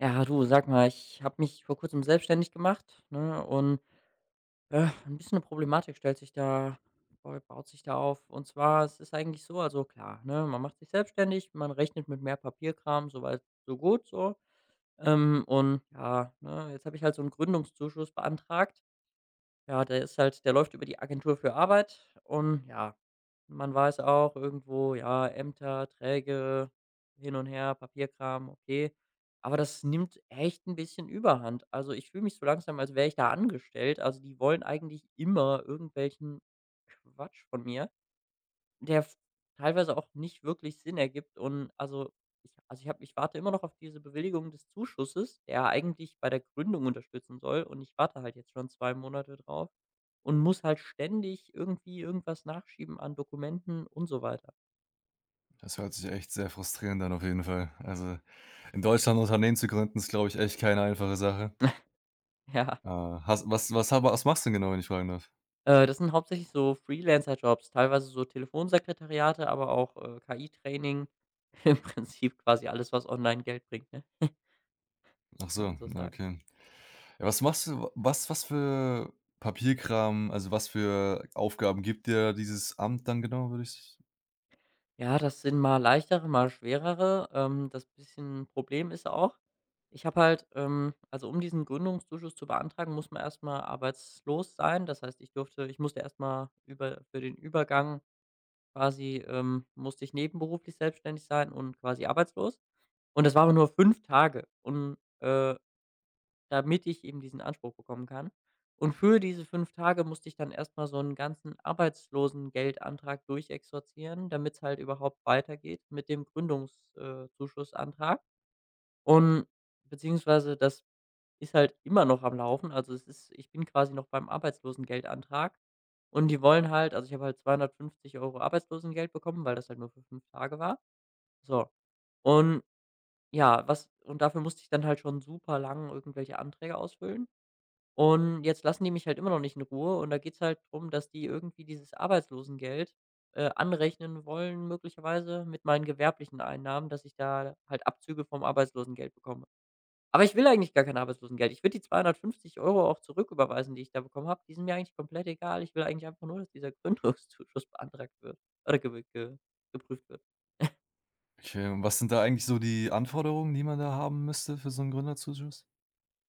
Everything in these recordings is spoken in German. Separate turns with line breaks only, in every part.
Ja, du, sag mal, ich habe mich vor Kurzem selbstständig gemacht, ne, und, 'n bisschen eine Problematik stellt sich da baut sich da auf. Und zwar, es ist eigentlich so, also klar, ne, man macht sich selbstständig, man rechnet mit mehr Papierkram, soweit so gut, so. Und ja, ne, jetzt habe ich halt so einen Gründungszuschuss beantragt. Ja, der ist halt der läuft über die Agentur für Arbeit, und ja, man weiß auch irgendwo, ja, Ämter, Träge, hin und her, Papierkram, okay. Aber das nimmt echt ein bisschen Überhand. Also, ich fühle mich so langsam, als wäre ich da angestellt. Also, die wollen eigentlich immer irgendwelchen Quatsch von mir. Der f teilweise auch nicht wirklich Sinn ergibt, und also, ich warte immer noch auf diese Bewilligung des Zuschusses, der eigentlich bei der Gründung unterstützen soll, und ich warte halt jetzt schon 2 Monate drauf und muss halt ständig irgendwie irgendwas nachschieben an Dokumenten und so weiter.
Das hört sich echt sehr frustrierend an, auf jeden Fall. Also, in Deutschland 'n Unternehmen zu gründen, ist, glaube ich, echt keine einfache Sache.
Ja,
Hast was was aber was machst du denn genau, wenn ich fragen darf?
das sind hauptsächlich so Freelancer-Jobs, teilweise so Telefonsekretariate, aber auch, KI-Training, im Prinzip quasi alles, was online Geld bringt, ne?
Ach
Kann man
so,
so
ja,
sagen.
okay. Ja, was machst du wa- was was für Papierkram, also, was für Aufgaben gibt dir dieses Amt dann genau, würde ich
Ja, das sind mal leichtere, mal schwerere. Das bisschen Problem ist auch, ich habe halt also, um diesen Gründungszuschuss zu beantragen, muss man erst mal arbeitslos sein. Das heißt, ich musste erst mal über für den Übergang quasi, musste ich nebenberuflich selbstständig sein und quasi arbeitslos. Und das war aber nur 5 Tage und, damit ich eben diesen Anspruch bekommen kann. Und für diese 5 Tage musste ich dann erstmal so einen ganzen Arbeitslosengeldantrag durchexerzieren, damit es halt überhaupt weitergeht mit dem Gründungszuschussantrag Zuschussantrag. Und Beziehungsweise, das ist halt immer noch am Laufen. Also, es ist ich bin quasi noch beim Arbeitslosengeldantrag, und die wollen halt also, ich habe halt 250 € Arbeitslosengeld bekommen, weil das halt nur für 5 Tage war. So. Und ja, was und dafür musste ich dann halt schon super lang irgendwelche Anträge ausfüllen. Und jetzt lassen die mich halt immer noch nicht in Ruhe, und da geht's halt drum, dass die irgendwie dieses Arbeitslosengeld, anrechnen wollen möglicherweise mit meinen gewerblichen Einnahmen, dass ich da halt Abzüge vom Arbeitslosengeld bekomme. Aber ich will eigentlich gar kein Arbeitslosengeld. Ich würde die 250 € auch zurücküberweisen, die ich da bekommen habe. Die sind mir eigentlich komplett egal. Ich will eigentlich einfach nur, dass dieser Gründungszuschuss beantragt wird oder gew ge geprüft wird.
okay, und was sind da eigentlich so die Anforderungen, die man da haben müsste für so einen Gründerzuschuss?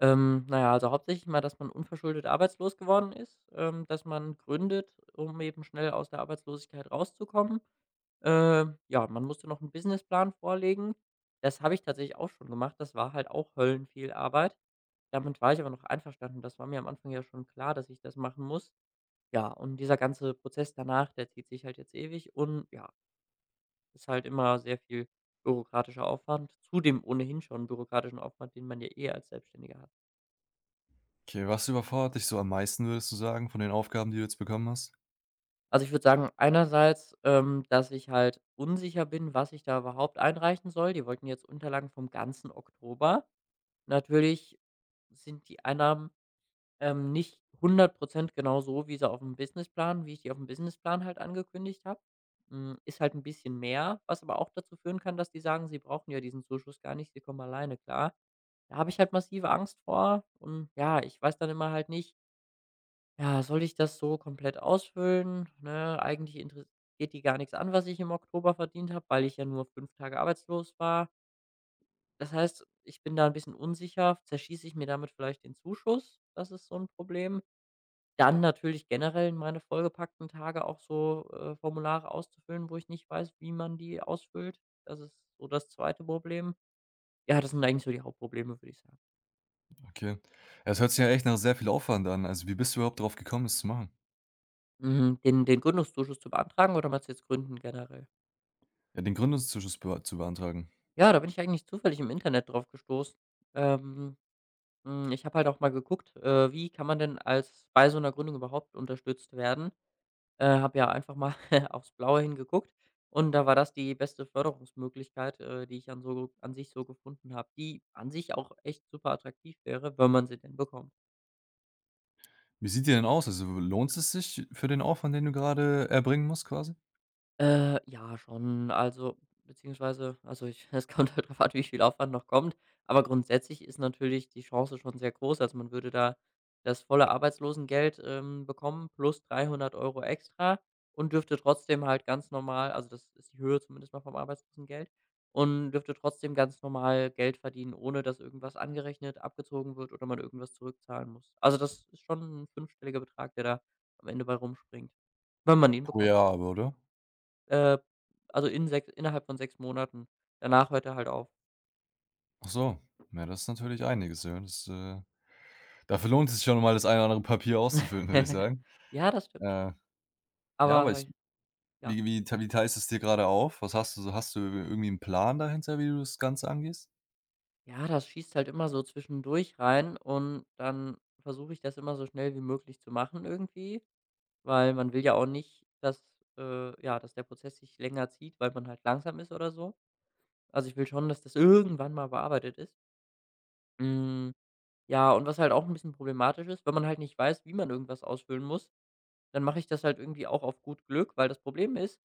Na ja, also hauptsächlich mal, dass man unverschuldet arbeitslos geworden ist, dass man gründet, um eben schnell aus der Arbeitslosigkeit rauszukommen. Ja, man musste noch einen Businessplan vorlegen. Das habe ich tatsächlich auch schon gemacht. Das war halt auch höllenviel Arbeit. Damit war ich aber noch einverstanden. Das war mir am Anfang ja schon klar, dass ich das machen muss. Ja, und dieser ganze Prozess danach, der zieht sich halt jetzt ewig, und ja, ist halt immer sehr viel bürokratischer Aufwand zu dem ohnehin schon bürokratischen Aufwand, den man ja eh als Selbstständiger hat.
Okay, was überfordert dich so am meisten, würdest du sagen, von den Aufgaben, die du jetzt bekommen hast?
Also, ich würde sagen, einerseits, dass ich halt unsicher bin, was ich da überhaupt einreichen soll. Die wollten jetzt Unterlagen vom ganzen Oktober. Natürlich sind die Einnahmen, nicht 100% genau so, wie ich die auf dem Businessplan halt angekündigt habe. Ist halt ein bisschen mehr, was aber auch dazu führen kann, dass die sagen, sie brauchen ja diesen Zuschuss gar nicht, sie kommen alleine klar. Da habe ich halt massive Angst vor, und ja, ich weiß dann immer halt nicht, ja, soll ich das so komplett ausfüllen, ne? Eigentlich interessiert die gar nichts an, was ich im Oktober verdient habe, weil ich ja nur 5 Tage arbeitslos war. Das heißt, ich bin da ein bisschen unsicher. Zerschieße ich mir damit vielleicht den Zuschuss? Das ist so ein Problem. Dann natürlich generell in meine vollgepackten Tage auch so, Formulare auszufüllen, wo ich nicht weiß, wie man die ausfüllt. Das ist so das zweite Problem. Ja, das sind eigentlich so die Hauptprobleme, würde ich sagen.
Okay. Ja, das hört sich ja echt nach sehr viel Aufwand an. Also, wie bist du überhaupt drauf gekommen, das zu machen?
Mhm, den Gründungszuschuss zu beantragen oder meinst du jetzt Gründen generell?
Ja, den Gründungszuschuss bea zu beantragen.
Ja, da bin ich eigentlich zufällig im Internet drauf gestoßen. Ähm, Ich habe halt auch mal geguckt, wie kann man denn als bei so einer Gründung überhaupt unterstützt werden? Habe ja einfach mal aufs Blaue hingeguckt, und da war das die beste Förderungsmöglichkeit, die ich an sich so gefunden habe, die an sich auch echt super attraktiv wäre, wenn man sie denn bekommt.
Wie sieht der denn aus? Also, lohnt es sich für den Aufwand, den du gerade erbringen musst, quasi?
Ja, schon. Also, beziehungsweise, also, ich es kommt halt drauf an, wie viel Aufwand noch kommt. Aber grundsätzlich ist natürlich die Chance schon sehr groß. Also, man würde da das volle Arbeitslosengeld, bekommen plus 300 € extra und dürfte trotzdem halt ganz normal, also, das ist die Höhe zumindest mal vom Arbeitslosengeld, und dürfte trotzdem ganz normal Geld verdienen, ohne dass irgendwas angerechnet, abgezogen wird oder man irgendwas zurückzahlen muss. Also, das ist schon ein fünfstelliger Betrag, der da am Ende bei rumspringt, wenn man ihn
Pro
bekommt.
Jahr aber, oder?
Äh, also, in sechs innerhalb von 6 Monaten. Danach hört er halt auf.
Ach so. Ja, das ist natürlich einiges, ja. Dafür lohnt es sich schon mal, das eine oder andere Papier auszufüllen, würde ich sagen.
Ja, das stimmt.
Äh, ja, aber ich
Aber ja.
wie teilst du es dir gerade auf? Was hast du so Hast du irgendwie einen Plan dahinter, wie du das Ganze angehst?
Ja, das schießt halt immer so zwischendurch rein, und dann versuche ich das immer so schnell wie möglich zu machen irgendwie, weil man will ja auch nicht, dass, ja, dass der Prozess sich länger zieht, weil man halt langsam ist oder so. Also, ich will schon, dass das irgendwann mal bearbeitet ist. Hm, ja, und was halt auch ein bisschen problematisch ist, wenn man halt nicht weiß, wie man irgendwas ausfüllen muss. Dann mache ich das halt irgendwie auch auf gut Glück, weil das Problem ist,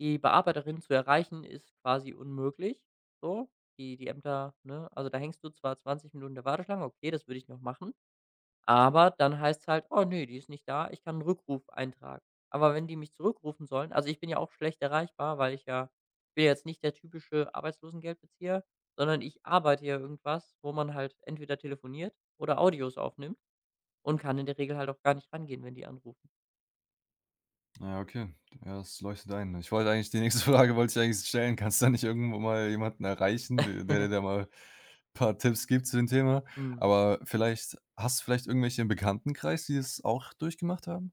die Bearbeiterin zu erreichen, ist quasi unmöglich. So, die Ämter, ne? Also, da hängst du zwar 20 Minuten in der Warteschlange, okay, das würde ich noch machen, aber dann heißt es halt: „Oh ne, die ist nicht da, ich kann 'n Rückruf eintragen." Aber wenn die mich zurückrufen sollen, also, ich bin ja auch schlecht erreichbar, weil ich bin ja jetzt nicht der typische Arbeitslosengeldbezieher, sondern ich arbeite ja irgendwas, wo man halt entweder telefoniert oder Audios aufnimmt und kann in der Regel halt auch gar nicht rangehen, wenn die anrufen.
Ja, okay. Ja, das leuchtet ein. Ich wollte eigentlich die nächste Frage wollte ich eigentlich stellen. Kannst du da nicht irgendwo mal jemanden erreichen, der dir da mal ein paar Tipps gibt zu dem Thema?
Mhm.
Aber vielleicht hast du vielleicht irgendwelche im Bekanntenkreis, die das auch durchgemacht haben?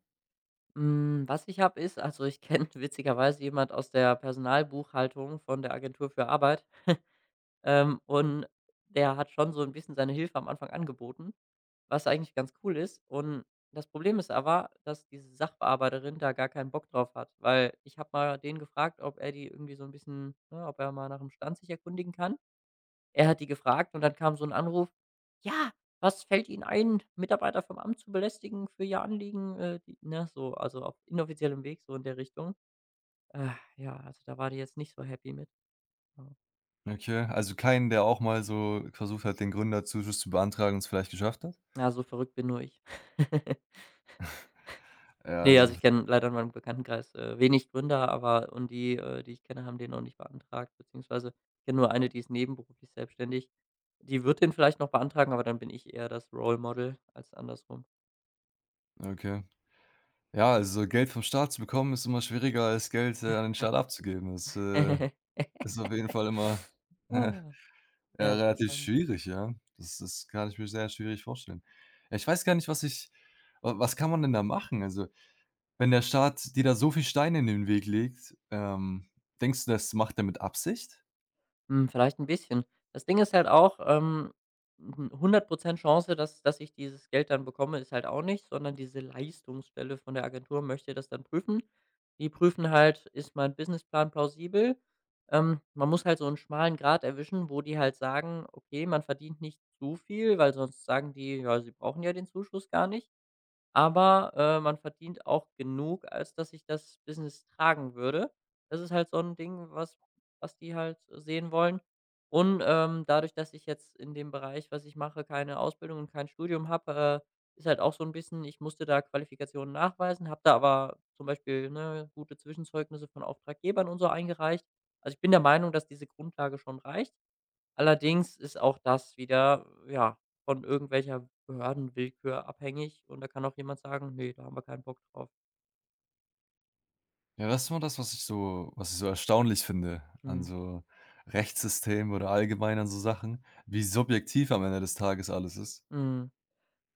Was ich habe, ist, also, ich kenne witzigerweise jemand aus der Personalbuchhaltung von der Agentur für Arbeit, und der hat schon so ein bisschen seine Hilfe am Anfang angeboten, was eigentlich ganz cool ist. Und das Problem ist aber, dass diese Sachbearbeiterin da gar keinen Bock drauf hat, weil ich habe mal den gefragt, ob er die irgendwie so ein bisschen, ne, ob er mal nach 'm Stand sich erkundigen kann. Er hat die gefragt und dann kam so 'n Anruf: „Ja, was fällt Ihnen ein, Mitarbeiter vom Amt zu belästigen für Ihr Anliegen?" Die, ne, so, also auf inoffiziellem Weg, so in der Richtung. Äh, ja, also da war die jetzt nicht so happy mit. Ja.
Okay, also keinen, der auch mal so versucht hat, den Gründerzuschuss zu beantragen und es vielleicht geschafft hat?
Ja, so verrückt bin nur ich.
Ja,
Ne,
also
also ich kenne leider in meinem Bekanntenkreis, wenig Gründer, und die, die ich kenne, haben den auch nicht beantragt, beziehungsweise, ich kenne nur eine, die ist nebenberuflich selbstständig. Die wird den vielleicht noch beantragen, aber dann bin ich eher das Role Model als andersrum.
okay. Ja, also so Geld vom Staat zu bekommen, ist immer schwieriger als Geld, an den Staat abzugeben. Das ist auf jeden Fall immer
Ah. Ja,
ja, relativ
interessant.
schwierig, ja. Das kann ich mir sehr schwierig vorstellen. Ja, ich weiß gar nicht, was ich wa was kann man denn da machen? Also, wenn der Staat dir da so viel Steine in den Weg legt, denkst du, das macht er mit Absicht?
Vielleicht ein bisschen. Das Ding ist halt auch, 100 Chance, dass ich dieses Geld dann bekomme, ist halt auch nicht, sondern diese Leistungsstelle von der Agentur möchte das dann prüfen. Die prüfen halt, ist mein Businessplan plausibel? Man muss halt so einen schmalen Grat erwischen, wo die halt sagen: „Okay, man verdient nicht zu viel", weil sonst sagen die: „Ja, sie brauchen ja den Zuschuss gar nicht." Aber, man verdient auch genug, als dass ich das Business tragen würde. Das ist halt so ein Ding, was die halt sehen wollen. Und, dadurch, dass ich jetzt in dem Bereich, was ich mache, keine Ausbildung und kein Studium habe, ist halt auch so ein bisschen, ich musste da Qualifikationen nachweisen, habe da aber zum Beispiel, ne, gute Zwischenzeugnisse von Auftraggebern und so eingereicht. Also, ich bin der Meinung, dass diese Grundlage schon reicht. Allerdings ist auch das wieder, ja, von irgendwelcher Behördenwillkür abhängig, und da kann auch jemand sagen: „Nee, da haben wir keinen Bock drauf."
Ja, das ist immer das, was ich so erstaunlich finde an
Mhm.
so Rechtssystemen oder allgemein an so Sachen, wie subjektiv am Ende des Tages alles ist.
Mhm.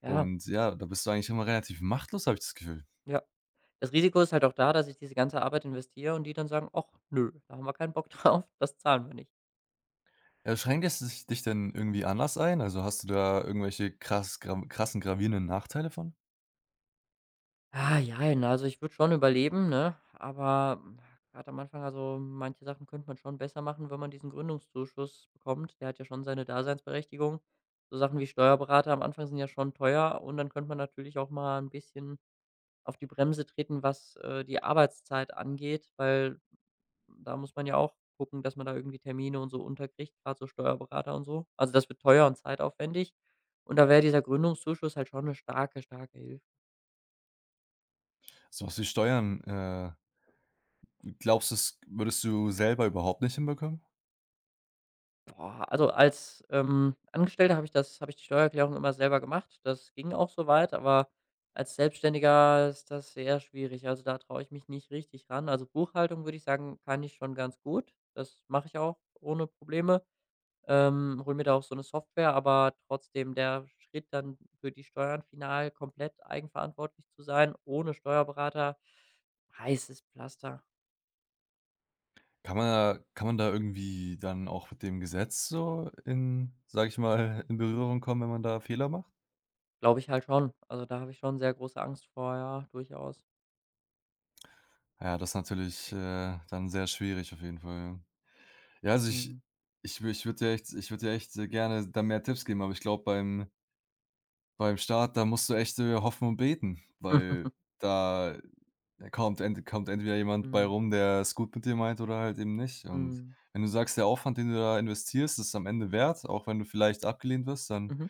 Ja,
Und ja, da bist du eigentlich immer relativ machtlos, habe ich das Gefühl.
ja. Das Risiko ist halt auch da, dass ich diese ganze Arbeit investiere und die dann sagen: „Ach nö, da haben wir keinen Bock drauf, das zahlen wir nicht."
Schränkt es dich denn irgendwie anders ein? Also, hast du da irgendwelche krassen gravierenden Nachteile von?
Ah, jein. Also, ich würde schon überleben, ne? Aber gerade am Anfang, also, manche Sachen könnte man schon besser machen, wenn man diesen Gründungszuschuss bekommt. Der hat ja schon seine Daseinsberechtigung. So Sachen wie Steuerberater am Anfang sind ja schon teuer, und dann könnte man natürlich auch mal ein bisschen auf die Bremse treten, was, die Arbeitszeit angeht, weil da muss man ja auch gucken, dass man da irgendwie Termine und so unterkriegt, gerade so Steuerberater und so. Also, das wird teuer und zeitaufwendig, und da wäre dieser Gründungszuschuss halt schon eine starke, starke Hilfe.
So was wie Steuern, glaubst du, das würdest du selber überhaupt nicht hinbekommen?
Boah, also als, Angestellter habe ich die Steuererklärung immer selber gemacht. Das ging auch soweit, aber als Selbstständiger ist das sehr schwierig. Also, da traue ich mich nicht richtig ran. Also, Buchhaltung würde ich sagen, kann ich schon ganz gut. Das mache ich auch ohne Probleme. Hole mir da auch so eine Software, aber trotzdem der Schritt dann für die Steuern final komplett eigenverantwortlich zu sein, ohne Steuerberater, heißes Pflaster,
Kann man da irgendwie dann auch mit dem Gesetz so in, sage ich mal, in Berührung kommen, wenn man da Fehler macht?
glaube ich halt schon. Also, da habe ich schon sehr große Angst vor, ja, durchaus.
Ja, das ist natürlich, dann sehr schwierig auf jeden Fall, ja. Ja, also ich
Mhm.
ich wür ich würde dir echt ich würde dir echt, gerne da mehr Tipps geben, aber ich glaube, beim Start, da musst du echt, hoffen und beten, weil da kommt entweder jemand bei
Mhm.
rum, der es gut mit dir meint, oder halt eben nicht. Und
Mhm.
wenn du sagst, der Aufwand, den du da investierst, ist am Ende wert, auch wenn du vielleicht abgelehnt wirst, dann
Mhm.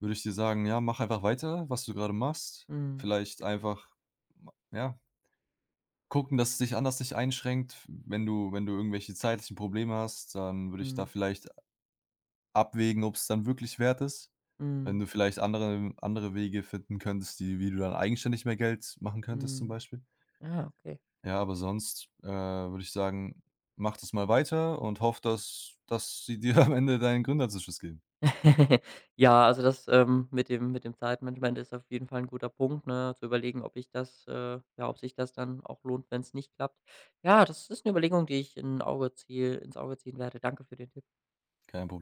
würde ich dir sagen, ja, mach einfach weiter, was du gerade machst.
Mhm.
Vielleicht einfach, ma ja, gucken, dass es dich anders nicht einschränkt. Wenn du irgendwelche zeitlichen Probleme hast, dann würde ich da
Mhm.
vielleicht abwägen, ob es dann wirklich wert ist. Wenn
Mhm.
du vielleicht andere Wege finden könntest, die wie du dann eigenständig mehr Geld machen könntest zum
Mhm.
Beispiel.
Ah, okay.
Ja, aber sonst, würde ich sagen, mach das mal weiter und hoffe, dass sie dir am Ende deinen Gründerzuschuss geben.
Ja, also das, mit dem Zeitmanagement ist auf jeden Fall ein guter Punkt, ne, zu überlegen, ob ich das ja, ob sich das dann auch lohnt, wenn es nicht klappt. Ja, das ist eine Überlegung, die ich in Auge ziehe ins Auge ziehen werde. Danke für den Tipp.
Kein Problem.